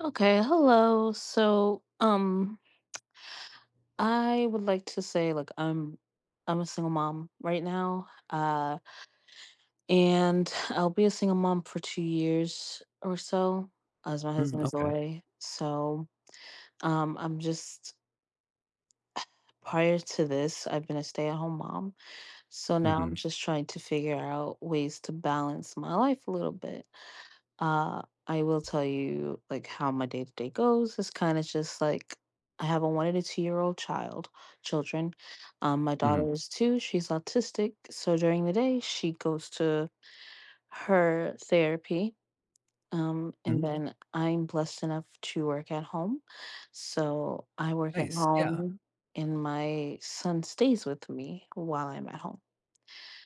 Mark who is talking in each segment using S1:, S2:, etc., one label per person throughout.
S1: Okay, hello. I would like to say like I'm a single mom right now. And I'll be a single mom for 2 years or so as my husband
S2: Mm,
S1: is
S2: okay.
S1: away. So, I'm just prior to this, I've been a stay-at-home mom. So now I'm
S2: Mhm.
S1: just trying to figure out ways to balance my life a little bit. I will tell you like how my day to day goes. It's kind of just like I have a one and a two year old children. My
S2: Mhm.
S1: daughter is two. She's autistic, so during the day she goes to her therapy. And
S2: Mhm.
S1: then I'm blessed enough to work at home, so I work at
S2: Nice, yeah.
S1: home, and my son stays with me while I'm at home.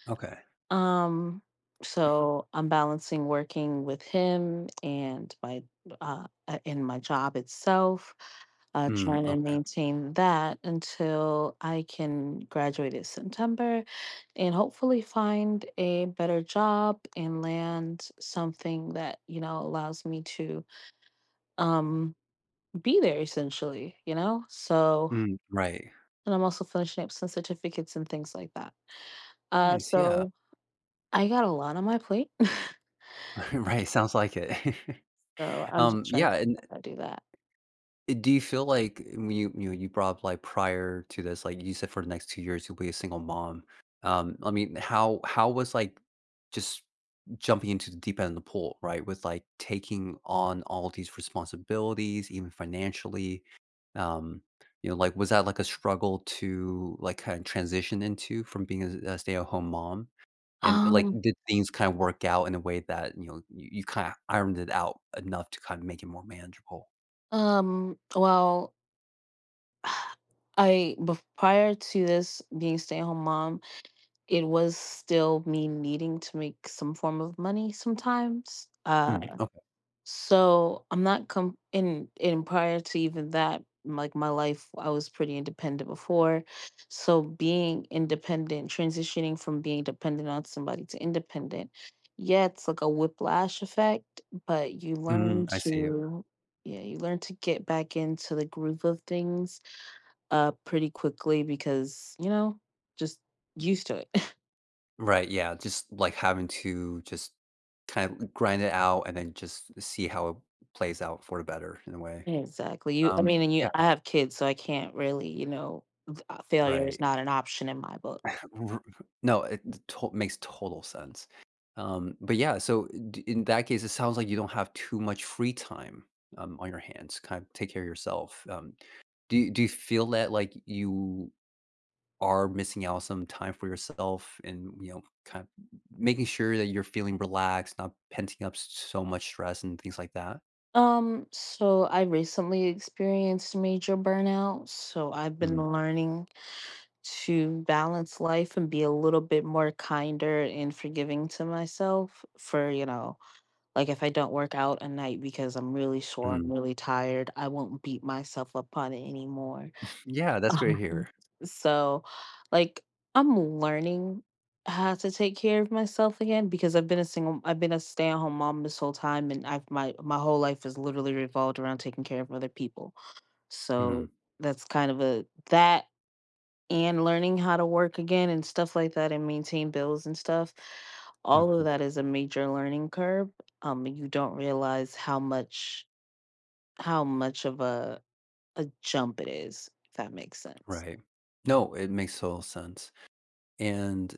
S2: Okay.
S1: Um, so I'm balancing working with him and my in my job itself,
S2: Mm,
S1: trying to
S2: okay.
S1: maintain that until I can graduate in September and hopefully find a better job and land something that, you know, allows me to um be there essentially, you know.
S2: Mm, right.
S1: And I'm also finishing up some certificates and things like that. Uh
S2: Nice, yeah.
S1: so I got a lot on my plate.
S2: Right, sounds like it.
S1: So I'm just trying to
S2: Yeah.
S1: figure out how to do that.
S2: Do you feel like when you know you brought up, like, prior to this, like you said, for the next 2 years you'll be a single mom. I mean, how was like, just jumping into the deep end of the pool, right? With, like, taking on all these responsibilities, even financially. Um, like, was that like a struggle to, like, kind of transition into, from being a stay-at-home mom? And, like,
S1: Um,
S2: did things kind of work out in a way that you, kind of ironed it out enough to kind of make it more manageable?
S1: well, prior to this being stay at home mom, it was still me needing to make some form of money sometimes.
S2: Mm.
S1: So I'm not com in prior to even that, like my life, I was pretty independent before. So being independent, transitioning from being dependent on somebody to independent, yeah, it's like a whiplash effect, but you learn
S2: Mm, I see.
S1: to yeah, you learn to get back into the groove of things pretty quickly because, you know, just used to it.
S2: Right, yeah, just, like, having to just kind of grind it out and then just see how it plays out for the better in a way.
S1: Exactly. You I
S2: Um,
S1: mean, and
S2: yeah,
S1: you I have kids, so I can't really, you know, failure is
S2: right.
S1: not an option in my book.
S2: R No, it to makes total sense. But yeah, so d in that case, it sounds like you don't have too much free time, on your hands, kind of take care of yourself. Do you feel that, like, you are missing out some time for yourself and, kind of making sure that you're feeling relaxed, not penting up s so much stress and things like that.
S1: So I recently experienced major burnout, so I've been
S2: Mm.
S1: learning to balance life and be a little bit more kinder and forgiving to myself for, you know, like if I don't work out a night because I'm really sore, I'm
S2: Mm.
S1: really tired, I won't beat myself up on it anymore.
S2: Yeah, that's
S1: Um,
S2: great here.
S1: so, like, I'm learning how to take care of myself again because I've been a stay-at-home mom this whole time, and I've my whole life has literally revolved around taking care of other people.
S2: Mm.
S1: So that's kind of a that and learning how to work again and stuff like that and maintain bills and stuff. All of
S2: Mhm.
S1: that is a major learning curve. And you don't realize how much of a jump it is, if that makes sense.
S2: Right. No, it makes total sense. And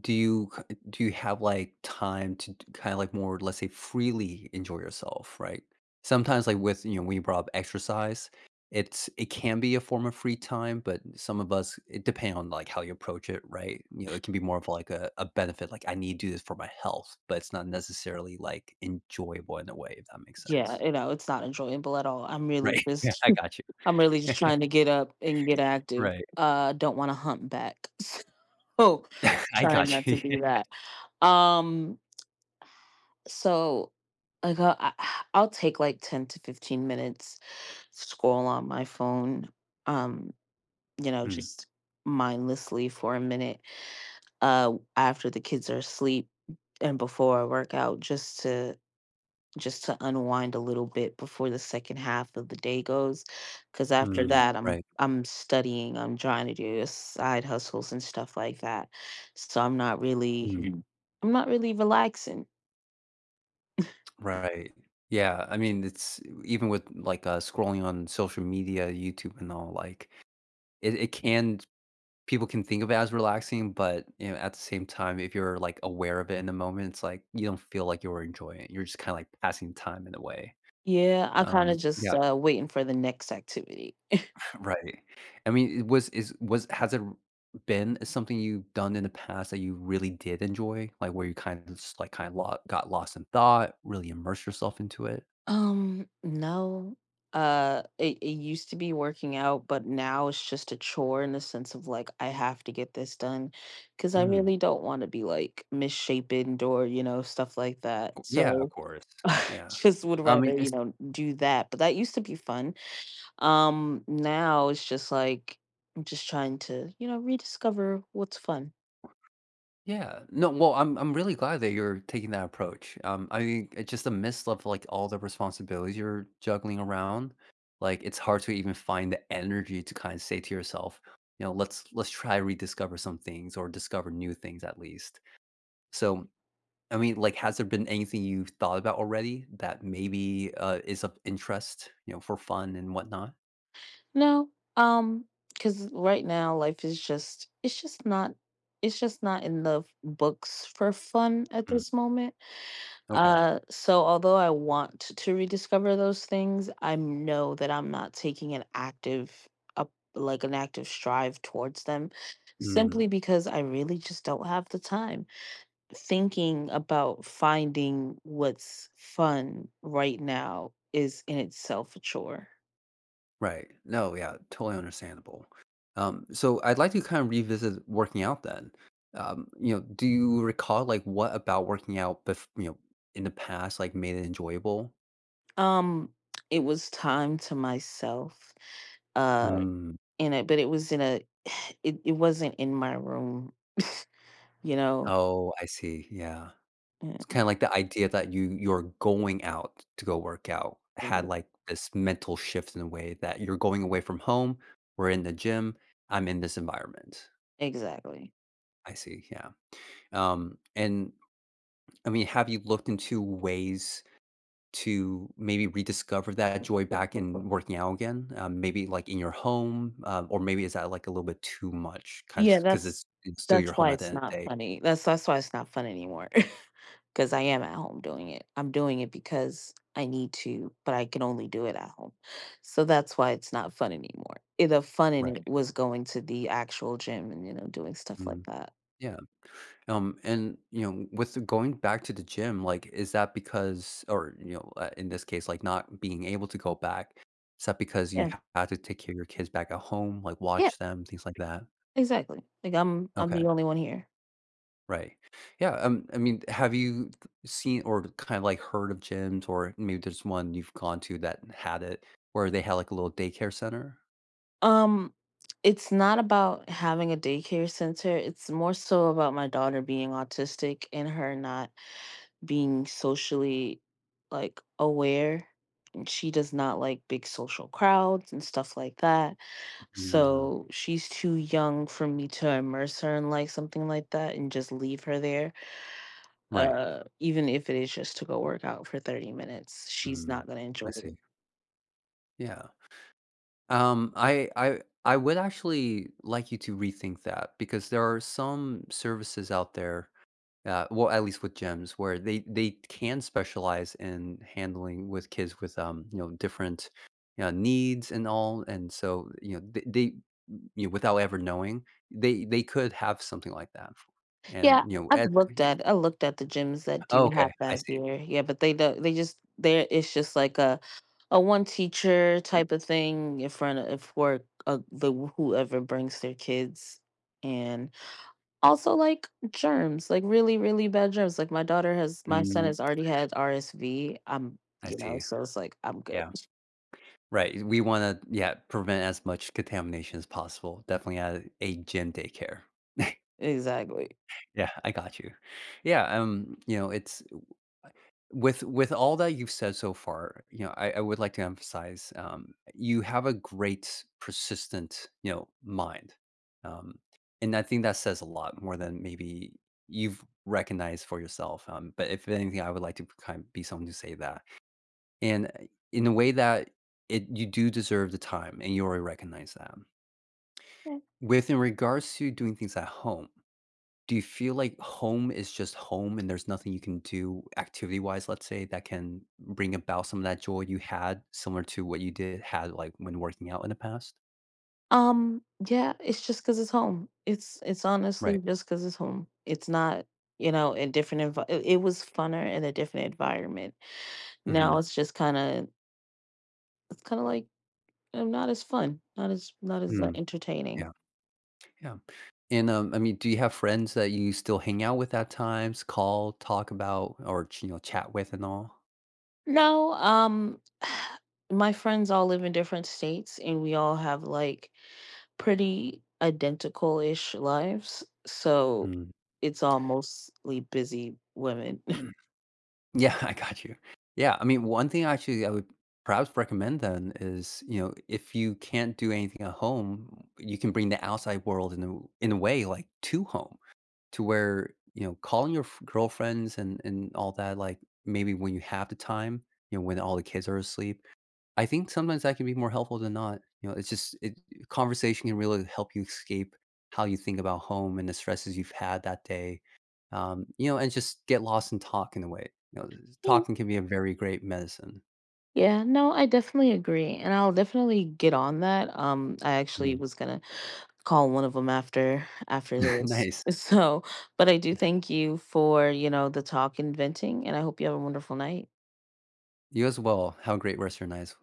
S2: Do you k do you have, like, time to kinda, like, more, let's say, freely enjoy yourself, right? Sometimes, like, with, when you brought up exercise, it can be a form of free time, but some of us, it depends on, like, how you approach it, right? It can be more of, like, a benefit, like, "I need to do this for my health," but it's not necessarily, like, enjoyable in a way, if that makes
S1: Yeah,
S2: sense.
S1: you know, it's not enjoyable at all. I'm really
S2: Right. Yeah,
S1: just
S2: I got
S1: I'm really
S2: you.
S1: just trying to get up and get active.
S2: Right.
S1: Don't want to hump back. So
S2: I
S1: trying not
S2: got
S1: to
S2: you.
S1: do that. Um so I, I'll take like 10 to 15 minutes scroll on my phone um you know
S2: Mm.
S1: just mindlessly for a minute after the kids are asleep and before I work out just to unwind a little bit before the second half of the day goes because after
S2: Mm.
S1: that i'm
S2: Right.
S1: i'm studying, I'm trying to do side hustles and stuff like that so I'm not really
S2: Mm.
S1: Mm. I'm not really relaxing.
S2: Right. Yeah, I mean, it's even with, like, scrolling on social media, YouTube and all, like, it can people can think of it as relaxing, but, at the same time, if you're, like, aware of it in the moment, it's like, you don't feel like you're enjoying it. You're just kinda, like, passing time in a way.
S1: Yeah, I kind of just
S2: Yeah,
S1: waiting for the next activity.
S2: right. I mean, it was is was has it been something you've done in the past that you really did enjoy? Like, where you kinda just, like, kinda lo got lost in thought, really immersed yourself into it?
S1: No. It used to be working out, but now it's just a chore in the sense of like, I have to get this done because I really
S2: Mm.
S1: don't want to be like misshapen or, you know, stuff like that.
S2: Yeah, of
S1: So
S2: course. Yeah.
S1: just would rather, you
S2: It's
S1: know, do that. But that used to be fun. Now it's just like, I'm just trying to, you know, rediscover what's fun.
S2: Yeah. No, well, I'm really glad that you're taking that approach. I mean, it's just a mist of like all the responsibilities you're juggling around. Like, it's hard to even find the energy to kind of say to yourself, let's, try rediscover some things or discover new things, at least. So, I mean, like, has there been anything you've thought about already that maybe is of interest, for fun and whatnot?
S1: No, um, because right now life is just it's just not in the books for fun at
S2: Mm,
S1: this moment.
S2: okay.
S1: So although I want to rediscover those things, I know that I'm not taking an active up like an active strive towards them
S2: Mm.
S1: simply because I really just don't have the time. Thinking about finding what's fun right now is in itself a chore.
S2: Right. No, yeah, totally understandable. So I'd like to kind of revisit working out then. Do you recall, like, what about working out in the past, like, made it enjoyable?
S1: Um, it was time to myself. Uh,
S2: Mm.
S1: in it, but it was in a. It wasn't in my room, you know.
S2: Oh, I see. Yeah.
S1: Yeah,
S2: It's kind of like the idea that you're going out to go work out had,
S1: ex-
S2: like, this mental shift, in a way, that you're going away from home, we're in the gym, I'm in this environment.
S1: exactly.
S2: I see. Yeah. And I mean, have you looked into ways to maybe rediscover that joy back in working out again? Maybe, like, in your home, or maybe is that, like, a little bit too much?
S1: Yeah,
S2: 'Cause, it's, still
S1: that's
S2: your
S1: why
S2: home at the
S1: it's
S2: end of
S1: not
S2: the day.
S1: funny. That's why it's not fun anymore. Because I am at home doing it. I'm doing it because I need to, but I can only do it at home. So that's why it's not fun anymore. The fun in
S2: Right.
S1: it was going to the actual gym and you know doing stuff like
S2: Mhm.
S1: that.
S2: Yeah. And, with the going back to the gym, like, is that because, or, in this case, like, not being able to go back, is that because you
S1: Yeah,
S2: had to take care of your kids back at home, like,
S1: yeah,
S2: watch them, things like that?
S1: exactly. Like I'm
S2: Okay.
S1: the only one here.
S2: Right. Yeah. I mean, have you th seen or kind of, like, heard of gyms, or maybe there's one you've gone to that had it, where they had, like, a little daycare center?
S1: Um, it's not about having a daycare center. It's more so about my daughter being autistic and her not being socially like aware. And she does not like big social crowds and stuff like that.
S2: Mm,
S1: So she's too young for me to immerse her in like something like that and just leave her there.
S2: right.
S1: Even if it is just to go work out for 30 minutes, she's not
S2: Mm,
S1: gonna
S2: I
S1: enjoy it.
S2: see. Yeah. I, would actually like you to rethink that, because there are some services out there. Well, at least with gyms where they can specialize in handling with kids with, different, needs and all, and so, they, without ever knowing, they could have something like that, and
S1: Yeah,
S2: you know as
S1: I looked at the gyms that do
S2: oh,
S1: have
S2: okay, I
S1: that
S2: see.
S1: here. Yeah, but they don't. They just there. It's just like a one teacher type of thing in front of for the whoever brings their kids, and also like germs, like really really bad germs. My son
S2: Mm,
S1: has already had RSV. I'm
S2: I
S1: you know,
S2: see.
S1: so it's like I'm good.
S2: Yeah, right, we want to, yeah, prevent as much contamination as possible, definitely at a gym daycare.
S1: Exactly.
S2: Yeah, I got you. Yeah. You know it's With, all that you've said so far, I, would like to emphasize, you have a great persistent, mind, um, and I think that says a lot more than maybe you've recognized for yourself. But if anything, I would like to kind of be someone to say that. And, in a way that, it you do deserve the time, and you already recognize that. With In regards to doing things at home, do you feel like home is just home, and there's nothing you can do activity-wise, let's say, that can bring about some of that joy you had, similar to what you did had, like, when working out in the past?
S1: Yeah, it's just 'cause it's home. It's honestly
S2: Right.
S1: just 'cause it's home. It's not, you know, a different envi it it was funner in a different environment. Now
S2: Mhm.
S1: it's just kinda it's kinda like, not as fun, not as,
S2: Mm.
S1: entertaining.
S2: Yeah. Yeah. And, I mean, do you have friends that you still hang out with at times, call, talk about, or, chat with and all?
S1: No, my friends all live in different states, and we all have, like, pretty identical-ish lives, so
S2: Mm.
S1: it's all mostly busy women.
S2: Yeah, I got you. Yeah, I mean, one thing actually I would perhaps recommend then is, if you can't do anything at home, you can bring the outside world in a way, like, to home. To where, calling your girlfriends and all that, like, maybe when you have the time, when all the kids are asleep, I think sometimes that can be more helpful than not. It's just it conversation can really help you escape how you think about home and the stresses you've had that day. And just get lost in talk in a way. Talking can be a very great medicine.
S1: Yeah, no, I definitely agree. And I'll definitely get on that. I actually
S2: Mhm.
S1: was gonna call one of them after this.
S2: Nice.
S1: So, but I do thank you for, you know, the talk and venting, and I hope you have a wonderful night.
S2: You as well. Have a great rest of your night.